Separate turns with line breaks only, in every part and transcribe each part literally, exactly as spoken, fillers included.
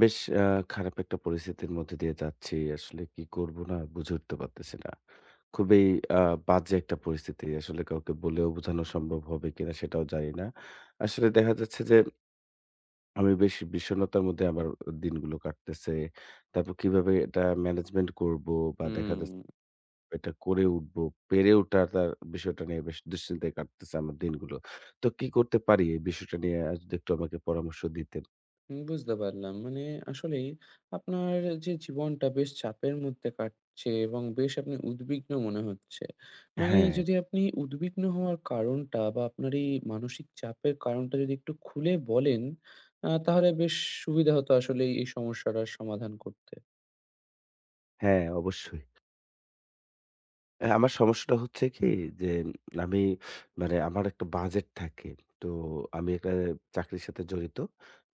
বেশ আ খারাপ একটা পরিস্থিতির মধ্যে দিয়ে যাচ্ছি। আসলে কি করব না বুঝে উঠতে পারতেছি না। খুবই আ বাজে একটা পরিস্থিতি। আসলে কাউকে বলেও বোঝানো সম্ভব হবে কিনা সেটাও জানি না। আসলে দেখা যাচ্ছে যে আমি বেশ বিষণ্ণতার মধ্যে আমার দিনগুলো কাটতেছে। তারপর কিভাবে এটা ম্যানেজমেন্ট করব বা দেখা যাচ্ছে
হুম,
এটা করে উঠবো, পেরে ওঠার তার বিষয়টা নিয়ে বেশ দুশ্চিন্তায় কাটতেছে আমার দিনগুলো। তো কি করতে পারি এই বিষয়টা নিয়ে আ যদি একটু আমাকে পরামর্শ দিতেন?
বুঝতে পারলাম। মানে আসলেই আপনার যে জীবনটা বেশ চাপের মধ্যে কাটছে এবং বেশ আপনি উদ্বিগ্ন মনে হচ্ছে। মানে
হ্যাঁ,
যদি আপনি উদ্বিগ্ন হওয়ার কারণটা বা আপনার এই মানসিক চাপের কারণটা যদি একটু খুলে বলেন, আ তাহলে বেশ সুবিধা হতো আসলেই এই সমস্যাটার সমাধান করতে।
হ্যাঁ অবশ্যই। হ্যাঁ, আমার সমস্যাটা হচ্ছে কি যে আমি মানে আমার একটা বাজেট থাকে। তো আমি একটা চাকরির সাথে জড়িত।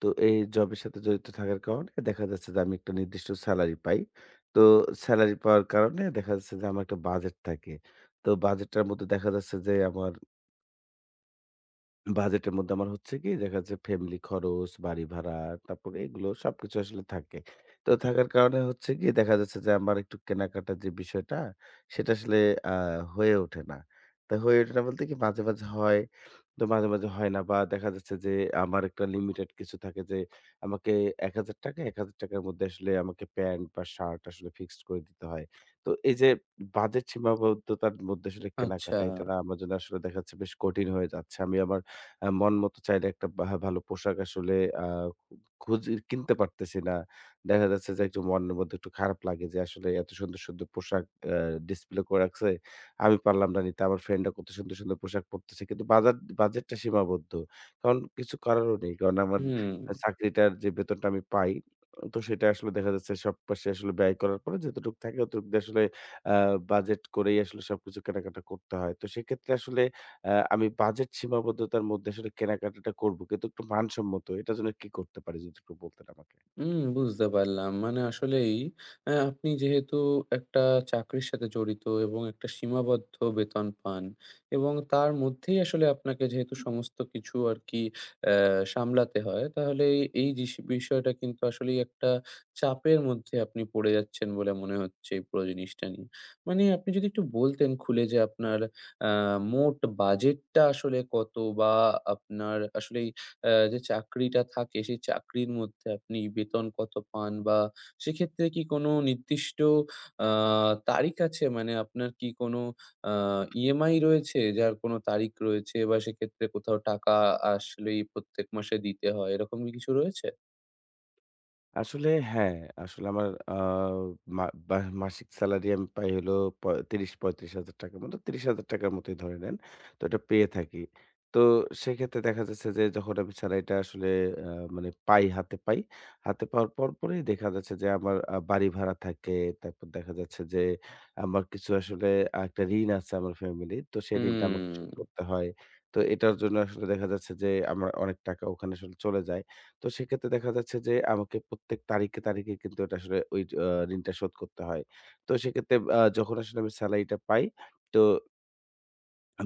তো এই জবের সাথে জড়িত থাকার কারণে দেখা যাচ্ছে যে আমি একটা নির্দিষ্ট সেলারি পাই। তো সেলারি পাওয়ার কারণে দেখা যাচ্ছে যে আমার একটা বাজেট থাকে। তো বাজেটটার মধ্যে দেখা যাচ্ছে যে আমার বাজেটের মধ্যে আমার হচ্ছে কি দেখা যাচ্ছে ফ্যামিলি খরচ, বাড়ি ভাড়া, তারপরে এগুলো সবকিছু আসলে থাকে। তো থাকার কারণে হচ্ছে গিয়ে দেখা যাচ্ছে যে আমার একটু কেনাকাটার যে বিষয়টা সেটা আসলে আ হয়ে ওঠে না। তো হয়ে ওঠে না বলতে কি মাঝে, মাঝে হয়, তো মাঝে, মাঝে হয় না বা দেখা যাচ্ছে যে আমার একটা লিমিটেড কিছু থাকে যে আমাকে ৳এক হাজার ৳এক হাজার র মধ্যে আসলে আমাকে প্যান্ট বা শার্ট আসলে ফিক্সড করে দিতে হয়। তো এই যে বাজেট সীমাবদ্ধতার মধ্যে আসলে
আচ্ছা,
কেনাকাটা এটা না আমার জন্য আসলে দেখা যাচ্ছে বেশ কঠিন হয়ে যাচ্ছে। আমি আমার আ মন মতো চাইলে একটা ভা ভালো পোশাক আসলে আ খুঁজে কিনতে পারতেছি না। দেখা যাচ্ছে যে একটু মনের মধ্যে একটু খারাপ লাগে যে আসলে এত সুন্দর, সুন্দর পোশাক আ ডিসপ্লে করে রাখছে। আমি পারলাম না নিতে। আমার ফ্রেন্ডরা কত সুন্দর, সুন্দর পোশাক পরতেছে। কিন্তু বাজার বাজেটটা সীমাবদ্ধ। কারণ কিছু করারও নেই। কারণ আমার
হুম।
আ চাকরিটার যে বেতনটা আমি পাই, তো সেটা আসলে দেখা যাচ্ছে সব পাশে আসলে ব্যয় করার পরে যতটুকু থাকে অতটুকু দিয়ে আসলে আ বাজেট করেই আসলে সবকিছু কেনাকাটা করতে হয়। তো সেক্ষেত্রে আসলে আ আমি বাজেট সীমাবদ্ধতার মধ্যে আসলে কেনাকাটাটা করব। কিন্তু একটু মানসম্মত। এটার জন্য কি করতে পারি যদি একটু বলতেন আমাকে?
হুম, বুঝতে পারলাম। মানে আসলেই আ আপনি যেহেতু একটা চাকরির সাথে জড়িত এবং একটা সীমাবদ্ধ বেতন পান এবং তার মধ্যেই আসলে আপনাকে যেহেতু সমস্ত কিছু আরকি আহ, সামলাতে হয়, তাহলে এই জিস- বিষয়টা কিন্তু আসলেই একটা চাপের মধ্যে আপনি পড়ে যাচ্ছেন বলে মনে হচ্ছে এই পুরো জিনিসটা নিয়ে। মানে আপনি যদি একটু বলতেন খুলে যে আপনার আহ, মোট বাজেটটা আসলে কত, বা আপনার আসলে যে চাকরিটা থাকে সেই চাকরির মধ্যে আপনি বেতন কত পান, বা সেক্ষেত্রে কি কোনো নির্দিষ্ট আহ তারিখ আছে? মানে আপনার কি কোনো আ ইএমআই রয়েছে যার কোনো তারিখ রয়েছে, বা সেক্ষেত্রে কোথাও টাকা আসলেই প্রত্যেক মাসে দিতে হয়, এরকম কি কিছু রয়েছে?
আসলে হ্যাঁ, আসলে আমার আ মা বা মাসিক স্যালারি আমি পাই হলো প ত্রিশ থেকে পঁয়ত্রিশ হাজার টাকার মতো। ত্রিশ হাজার টাকার মতোই ধরে নেন। তো এটা পেয়ে থাকি। তো সেক্ষেত্রে দেখা যাচ্ছে যে যখন আমি স্যালারিটা আসলে আ মানে পাই, হাতে পাই। হাতে পাওয়ার পর পরেই দেখা যাচ্ছে যে আমার আ বাড়ি ভাড়া থাকে। তারপর দেখা যাচ্ছে যে আমার কিছু আসলে একটা ঋণ আছে আমার ফ্যামিলির। তো সেই ঋণটা আমাকে শোধ
হুম,
করতে হয়। তো এটার জন্য আসলে দেখা যাচ্ছে যে আমার অনেক টাকা ওখানে আসলে চলে যায়। তো সেক্ষেত্রে দেখা যাচ্ছে যে আমাকে প্রত্যেক তারিখে, তারিখে কিন্তু এটা আসলে ওই আ ঋণটা শোধ করতে হয়। তো সেক্ষেত্রে আ যখন আসলে আমি সেলারিটা পাই তো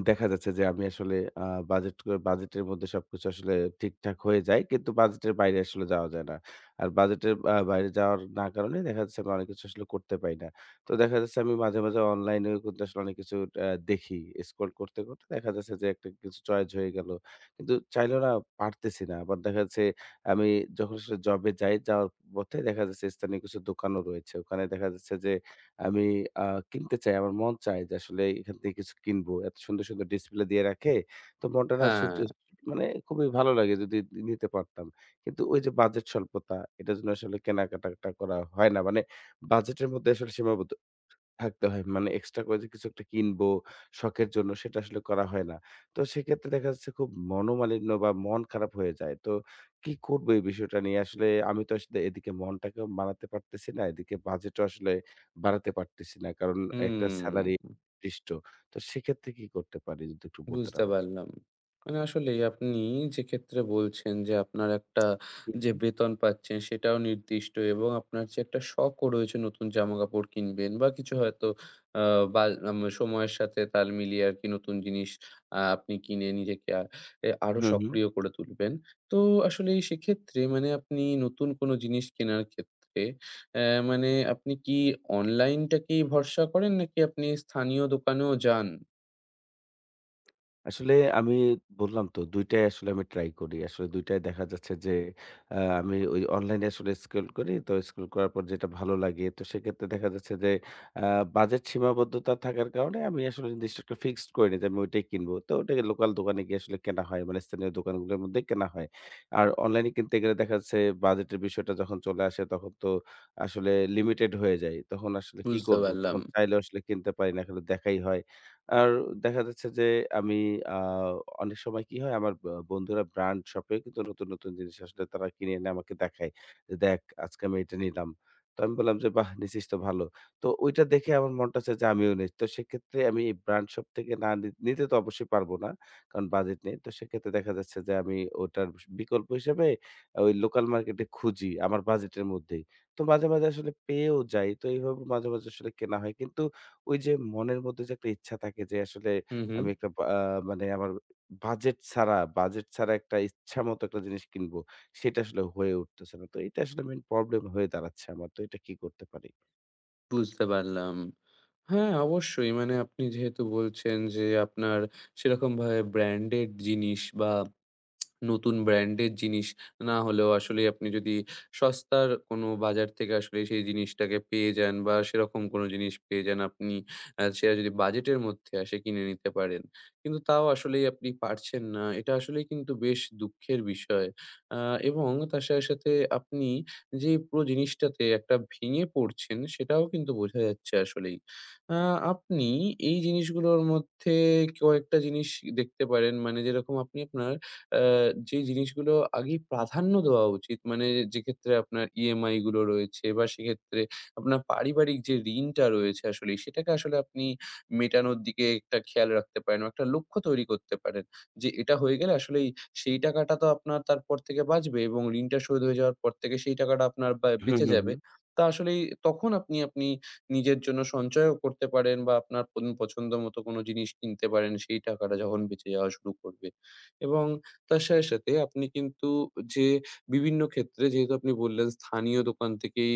দেখা যাচ্ছে যে আমি আসলে আ বাজেট করে- বাজেটের মধ্যে সবকিছু আসলে ঠিকঠাক হয়ে যায়। কিন্তু বাজেটের বাইরে আসলে যাওয়া যায় না। আর বাজেটের আ বাইরে যাওয়ার না কারণে দেখা যাচ্ছে আমি অনেক কিছু আসলে করতে পারি না। তো দেখা যাচ্ছে আমি মাঝে, মাঝে অনলাইনেও কিন্তু আসলে অনেক কিছু আ দেখি। স্ক্রল করতে, করতে দেখা যাচ্ছে যে একটা কিছু চয়েস হয়ে গেল। কিন্তু চাইলেও না পারতেছি না। আবার দেখা যাচ্ছে আমি যখন আসলে জবে যাই, যাওয়ার পথে দেখা যাচ্ছে স্থানীয় কিছু দোকানও রয়েছে। ওখানে দেখা যাচ্ছে যে আমি আ কিনতে চাই। আমার মন চায় যে আসলে এখান থেকে কিছু কিনবো। এত সুন্দর, সুন্দর ডিসপ্লে দিয়ে রাখে। তো মনটা না
হ্যাঁ,
ছুটে মানে খুবই ভালো লাগে যদি নিতে পারতাম। কিন্তু ওই যে বাজেট স্বল্পতা এটার জন্য আসলে কেনাকাটাটা করা হয় না। মানে বাজেটের মধ্যে আসলে সীমাবদ্ধ। থাকতে হয়। মানে এক্সট্রা করে যে কিছু একটা কিনবো শখের জন্য সেটা আসলে করা হয় না। তো সেক্ষেত্রে দেখা যাচ্ছে খুব মনোমালিন্য বা মন খারাপ হয়ে যায়। তো কি করবো এই বিষয়টা নিয়ে? আসলে আমি তো আসলে এদিকে মনটাকেও মানাতে পারতেছি না, এদিকে বাজেটও আসলে বাড়াতে পারতেছি না। কারণ একটা সেলারি
হুম।
নির্দিষ্ট। তো সেক্ষেত্রে কি করতে পারি যদি একটু বলতেন
বুঝতে
আমাকে?
পারলাম। মানে আসলেই আপনি যে ক্ষেত্রে বলছেন যে আপনার একটা
হুম,
যে
হুম।
বেতন পাচ্ছেন সেটাও নির্দিষ্ট, এবং আপনার যে একটা শখও রয়েছে নতুন জামাকাপড় কিনবেন বা কিছু হয়তো আ বাল আম সময়ের সাথে তাল মিলিয়ে আরকি নতুন জিনিস আ আপনি কিনে নিজেকে আ এ আরো
হুম, হুম।
সক্রিয় করে তুলবেন। তো আসলেই সেক্ষেত্রে মানে আপনি নতুন কোন জিনিস কেনার ক্ষেত্রে অ্যা মানে আপনি কি অনলাইনটাকেই ভরসা করেন, নাকি আপনি স্থানীয় দোকানেও যান?
আসলে আমি বললাম তো দুই টাই আসলে আমি ট্রাই করি। আসলে দুই টাই দেখা যাচ্ছে যে আ আমি ওই অনলাইনে আসলে স্ক্রল করি। তো স্ক্রল করার পর যেটা ভালো লাগে তো সেক্ষেত্রে দেখা যাচ্ছে যে আ বাজেট সীমাবদ্ধতা থাকার কারণে আমি আসলে নির্দিষ্ট একটা ফিক্সড করে নিই যে আমি ওইটাই কিনবো। তো ওটাকে লোকাল দোকানে গিয়ে আসলে কেনা হয়। মানে স্থানীয় দোকানগুলোর মধ্যে কেনা হয়। আর অনলাইনে কিনতে গেলে দেখা যাচ্ছে বাজেটের বিষয়টা যখন চলে আসে তখন তো আসলে লিমিটেড হয়ে যায়। তখন আসলে কি
বুঝতে
করব?
পারলাম।
তখন চাইলেও আসলে কিনতে পারি না। খালি দেখাই হয়। আর দেখা যাচ্ছে যে আমি আ অনেক সময় কি হয় আমার ব বন্ধুরা ব্র্যান্ড শপে কিন্তু নতুন, নতুন জিনিস আসলে তারা কিনে এনে আমাকে দেখায়। যে, "দেখ আজকে আমি এটা নিলাম।" তো আমি বললাম যে, "বাহ! নিছিস তো ভালো।" তো ওইটা দেখে আমার মনটা চায় যে আমিও নেই। তো সেক্ষেত্রে আমি ব্র্যান্ড শপ থেকে না নি নিতে তো অবশ্যই পারব না। কারণ বাজেট নেই। তো সেক্ষেত্রে দেখা যাচ্ছে যে আমি ওটার বিস বিকল্প হিসেবে ওই লোকাল মার্কেটে খুঁজি আমার বাজেটের মধ্যেই। তো মাঝে, মাঝে আসলে পেয়েও যাই। তো এইভাবে মাঝে, মাঝে আসলে কেনা হয়। কিন্তু ওই যে মনের মধ্যে যে একটা ইচ্ছা থাকে যে আসলে
হুম, হুম।
আমি একটা বা আ মানে আমার বাজেট ছাড়া, বাজেট ছাড়া একটা ইচ্ছামত একটা জিনিস কিনবো, সেটা আসলে হয়ে উঠতেছে না। তো এটা আসলে মেইন প্রবলেম হয়ে দাঁড়াচ্ছে আমার। তো এটা কি করতে পারি?
বুঝতে পারলাম। হ্যাঁ, অবশ্যই। মানে আপনি যেহেতু বলছেন যে আপনার সেরকমভাবে ব্র্যান্ডেড জিনিস বা নতুন ব্র্যান্ডের জিনিস না হলেও আসলে আপনি যদি সস্তার কোনো বাজার থেকে আসলে সেই জিনিসটাকে পেয়ে যান বা সেরকম কোনো জিনিস পেয়ে যান আপনি, আহ, সেটা যদি বাজেটের মধ্যে আসে কিনে নিতে পারেন, কিন্তু তাও আসলেই আপনি পারছেন না, এটা আসলে কিন্তু বেশ দুঃখের বিষয়। আহ, এবং তার সাথে সাথে আপনি যে পুরো জিনিসটাতে একটা ভেঙে পড়ছেন সেটাও কিন্তু বোঝা যাচ্ছে আসলেই। আহ, আপনি এই জিনিসগুলোর মধ্যে কয়েকটা জিনিস দেখতে পারেন, মানে যেরকম আপনি আপনার যে জিনিসগুলো আগেই প্রাধান্য দেওয়া উচিত, মানে যে ক্ষেত্রে আপনার ইএমআই গুলো রয়েছে বা সেক্ষেত্রে আপনার পারিবারিক যে ঋণটা রয়েছে আসলে সেটাকে আসলে আপনি মেটানোর দিকে একটা খেয়াল রাখতে পারেন, একটা লক্ষ্য তৈরি করতে পারেন যে এটা হয়ে গেলে আসলেই সেই টাকাটা তো আপনার তারপর থেকে বাঁচবে, এবং ঋণটা শোধ হয়ে যাওয়ার পর থেকে সেই টাকাটা আপনার বা-
হুম,
বেঁচে
হুম,
যাবে।
হুম।
তা আসলেই তখন আপনি আপনি নিজের জন্য সঞ্চয়ও করতে পারেন, বা আপনার পন- পছন্দ মতো কোনো জিনিস কিনতে পারেন সেই টাকাটা যখন বেঁচে যাওয়া শুরু করবে। এবং তার সাথে, সাথে আপনি কিন্তু যে বিভিন্ন ক্ষেত্রে যেহেতু আপনি বললেন স্থানীয় দোকান থেকেই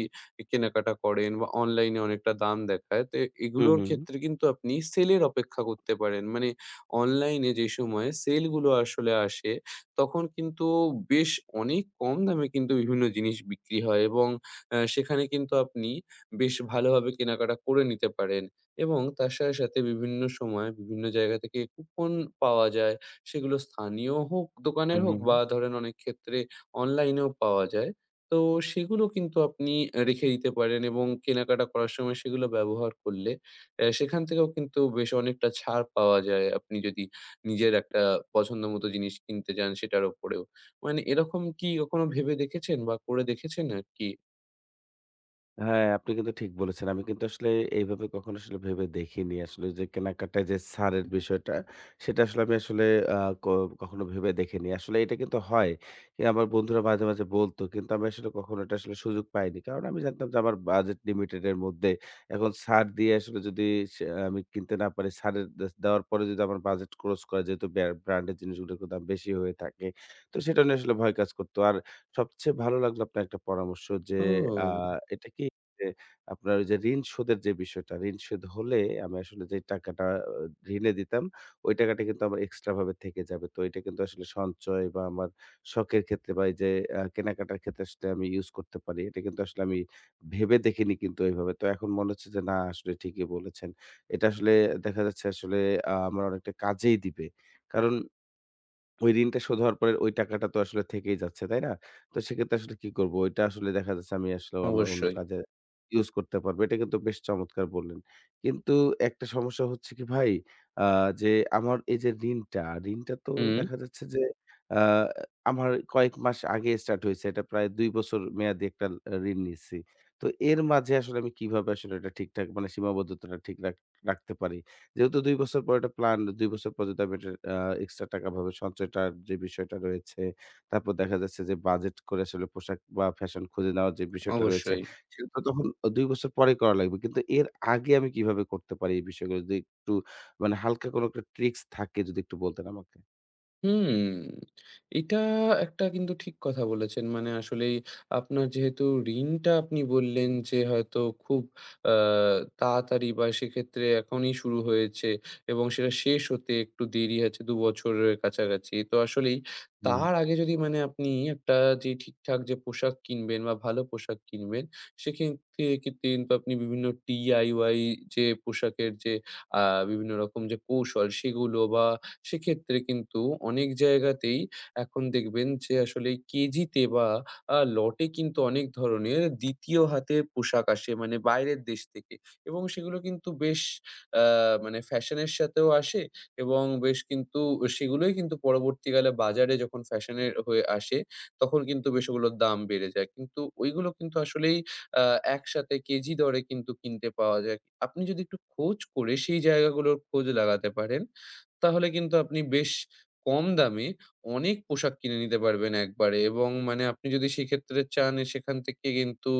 কেনাকাটা করেন বা অনলাইনে অনেকটা দাম দেখায়। তো
হুম,
এগুলোর
হুম,
ক্ষেত্রে কিন্তু আপনি সেলের অপেক্ষা করতে পারেন। মানে অনলাইনে যে সময়ে সেলগুলো আসলে আসে, তখন কিন্তু বেশ অনেক কম দামে কিন্তু বিভিন্ন জিনিস বিক্রি হয়, এবং আ সেখানে কিন্তু আপনি বেশ ভালোভাবে কেনাকাটা করে নিতে পারেন, এবং তার সাথে, সাথে বিভিন্ন সময় বিভিন্ন জায়গা থেকে কুপন পাওয়া যায়। সেগুলো স্থানীয় হোক,
হুম,
দোকানের হোক,
হুম, হুম।
বা ধরেন অনেক ক্ষেত্রে অনলাইনেও পাওয়া যায়। তো সেগুলো কিন্তু আপনি আ রেখে দিতে পারেন, এবং কেনাকাটা করার সময় সেগুলো ব্যবহার করলে অ্যা সেখান থেকেও কিন্তু বেশ অনেকটা ছাড় পাওয়া যায় আপনি যদি নিজের একটা পছন্দমতো জিনিস কিনতে যান সেটার উপরেও। মানে এরকম কি কখনো ভেবে দেখেছেন বা করে দেখেছেন আরকি?
হ্যাঁ, আপনি কিন্তু ঠিক বলেছেন। আমি কিন্তু আসলে এইভাবে কখনো আসলে ভেবে দেখিনি। আসলে যে কেনাকাটায় যে ছাড়ের বিষয়টা, সেটা আসলে আমি আসলে আ ক কখনো ভেবে দেখিনি। আসলে এটা কিন্তু হয়। এ আমার বন্ধুরা মাঝে, মাঝে বলত। কিন্তু আমি আসলে কখনো এটা আসলে সুযোগ পাইনি। কারণ আমি জানতাম যে আমার বাজেট লিমিটেড এর মধ্যে। এখন ছাড় দিয়ে আসলে যদি সে আমি কিনতে না পারি, ছাড়ের দে দেওয়ার পরে যদি আমার বাজেট ক্রস করে যেহেতু ব্রা ব্র্যান্ডের জিনিসগুলোর দাম বেশি হয়ে থাকে। তো সেটা নিয়ে আসলে ভয় কাজ করত। আর সবচেয়ে ভালো লাগলো আপনার একটা পরামর্শ যে আ
ও!
এটা কি যে আপনার ওই যে ঋণ শোধের যে বিষয়টা, ঋণ শোধ হলে আমি আসলে যে টাকাটা আ ঋণে দিতাম, ওই টাকাটা কিন্তু আমার এক্সট্রা ভাবে থেকে যাবে। তো এটা কিন্তু আসলে সঞ্চয় বা আমার শখের ক্ষেত্রে বা এই যে আ কেনাকাটার ক্ষেত্রে আসলে আমি ইউজ করতে পারি। এটা কিন্তু আসলে আমি ভেবে দেখিনি কিন্তু এভাবে। তো এখন মনে হচ্ছে যে না আসলে ঠিকই বলেছেন। এটা আসলে দেখা যাচ্ছে আসলে আ আমার অনেকটা কাজেই দিবে। কারণ ওই ঋণটা শোধ হওয়ার পরে ওই টাকাটা তো আসলে থেকেই যাচ্ছে, তাই না? তো সেক্ষেত্রে আসলে কি করব? ওইটা আসলে দেখা যাচ্ছে আমি আসলে আমার অন্য
অবশ্যই।
কাজে ইউজ করতে পারবো। এটা কিন্তু বেশ চমৎকার বললেন। কিন্তু একটা সমস্যা হচ্ছে কি ভাই, আ যে আমার এই যে ঋণটা, ঋণটা তো
হুম,
দেখা যাচ্ছে যে আ আমার কয়েক মাস আগে স্টার্ট হইছে। এটা প্রায় দুই বছর মেয়াদি একটা আ ঋণ নিছি। তো এর মাঝে আসলে আমি কিভাবে আসলে এটা ঠিকঠাক মানে সীমাবদ্ধতাটা ঠিক রাখ রাখতে পারি? যেহেতু দুই বছর পর একটা প্ল্যান, দুই বছর পর যদি আমি এটার আ এক্সট্রা টাকা ভাবে সঞ্চয়টার যে বিষয়টা রয়েছে, তারপর দেখা যাচ্ছে যে বাজেট করে আসলে পোশাক বা ফ্যাশন খুঁজে নেওয়ার যে বিষয়টা রয়েছে,
অবশ্যই।
সেটা তো তখন দুই বছর পরে করা লাগবে। কিন্তু এর আগে আমি কিভাবে করতে পারি এই বিষয়গুলো? যদি একটু মানে হালকা কোনো একটা ট্রিক্স থাকে যদি একটু বলতেন আমাকে।
হুম, এটা একটা কিন্তু ঠিক কথা বলেছেন। মানে আসলেই আপনার যেহেতু ঋণটা আপনি বললেন যে হয়তো খুব আ তাড়াতাড়ি বা সেক্ষেত্রে এখনই শুরু হয়েছে এবং সেটা শেষ হতে একটু দেরি আছে দুই বছরের কাছাকাছি। তো আসলেই
হুম।
তার আগে যদি মানে আপনি একটা যে ঠিকঠাক যে পোশাক কিনবেন বা ভালো পোশাক কিনবেন, সেক্ষেত্রে কিন্তু কিন্তু আপনি বিভিন্ন ডি আই ওয়াই যে পোশাকের যে আ বিভিন্ন রকম যে কৌশল সেগুলো, বা সেক্ষেত্রে কিন্তু অনেক জায়গাতেই এখন দেখবেন যে আসলে কেজিতে বা আ লটে কিন্তু অনেক ধরনের দ্বিতীয় হাতের পোশাক আসে মানে বাইরের দেশ থেকে, এবং সেগুলো কিন্তু বেশ আ মানে ফ্যাশনের সাথেও আসে, এবং বেশ কিন্তু সেগুলোই কিন্তু পরবর্তীকালে বাজারে যখন ফ্যাশনের হয়ে আসে, তখন কিন্তু বেশ ওগুলোর দাম বেড়ে যায়। কিন্তু ওইগুলো কিন্তু আসলেই আ একসাথে কেজি দরে কিন্তু কিনতে পাওয়া যায়। আপনি যদি একটু খোঁজ করে সেই জায়গাগুলোর খোঁজ লাগাতে পারেন, তাহলে কিন্তু আপনি বেশ কম দামে অনেক পোশাক কিনে নিতে পারবেন একবারে, এবং মানে আপনি যদি সেক্ষেত্রে চান এ সেখান থেকে কিন্তু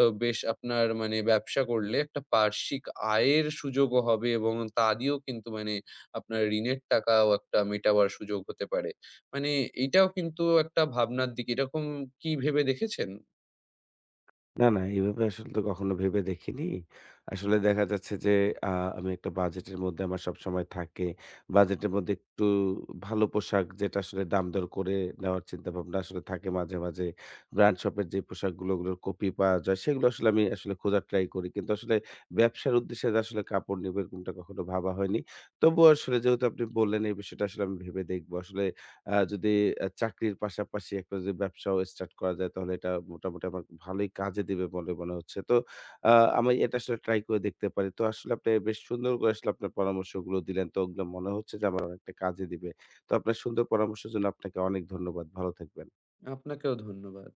আ বেশ আপনার মানে ব্যবসা করলে একটা বার্ষিক আয়ের সুযোগও হবে, এবং তা দিয়েও কিন্তু মানে আপনার ঋণের টাকাও একটা মেটাবার সুযোগ হতে পারে। মানে এইটাও কিন্তু একটা ভাবনার দিক। এরকম কি ভেবে দেখেছেন?
না, না এভাবে আসলে তো কখনো ভেবে দেখিনি। আসলে দেখা যাচ্ছে যে আ আমি একটা বাজেটের মধ্যে আমার সবসময় থাকে। বাজেটের মধ্যে একটু ভালো পোশাক যেটা আসলে দাম দর করে নেওয়ার চিন্তাভাবনা আসলে থাকে মাঝে, মাঝে। ব্র্যান্ড শপের যে পোশাকগুলো ওগুলোর কপি পাওয়া যায় সেগুলো আসলে আমি আসলে খোঁজার ট্রাই করি। কিন্তু আসলে ব্যবসার উদ্দেশ্যে যে আসলে কাপড় নেব এরকমটা কখনো ভাবা হয়নি। তবুও আসলে যেহেতু আপনি বললেন এই বিষয়টা আসলে আমি ভেবে দেখবো। আসলে আ যদি আ চাকরির পাশাপাশি একটা যদি ব্যবসাও স্টার্ট করা যায় তাহলে এটা মোটামুটি আমার ভালোই কাজে দিবে বলে মনে হচ্ছে। তো আ আমি এটা আসলে ট্রাই করে দেখতে পারি। তো আসলে আপনি বেশ সুন্দর করে আসলে আপনার পরামর্শগুলো দিলেন। তো ওগুলো মনে হচ্ছে যে আমার অনেকটা কাজে দিবে। তো আপনার সুন্দর পরামর্শের জন্য আপনাকে অনেক ধন্যবাদ। ভালো থাকবেন।
আপনাকেও ধন্যবাদ।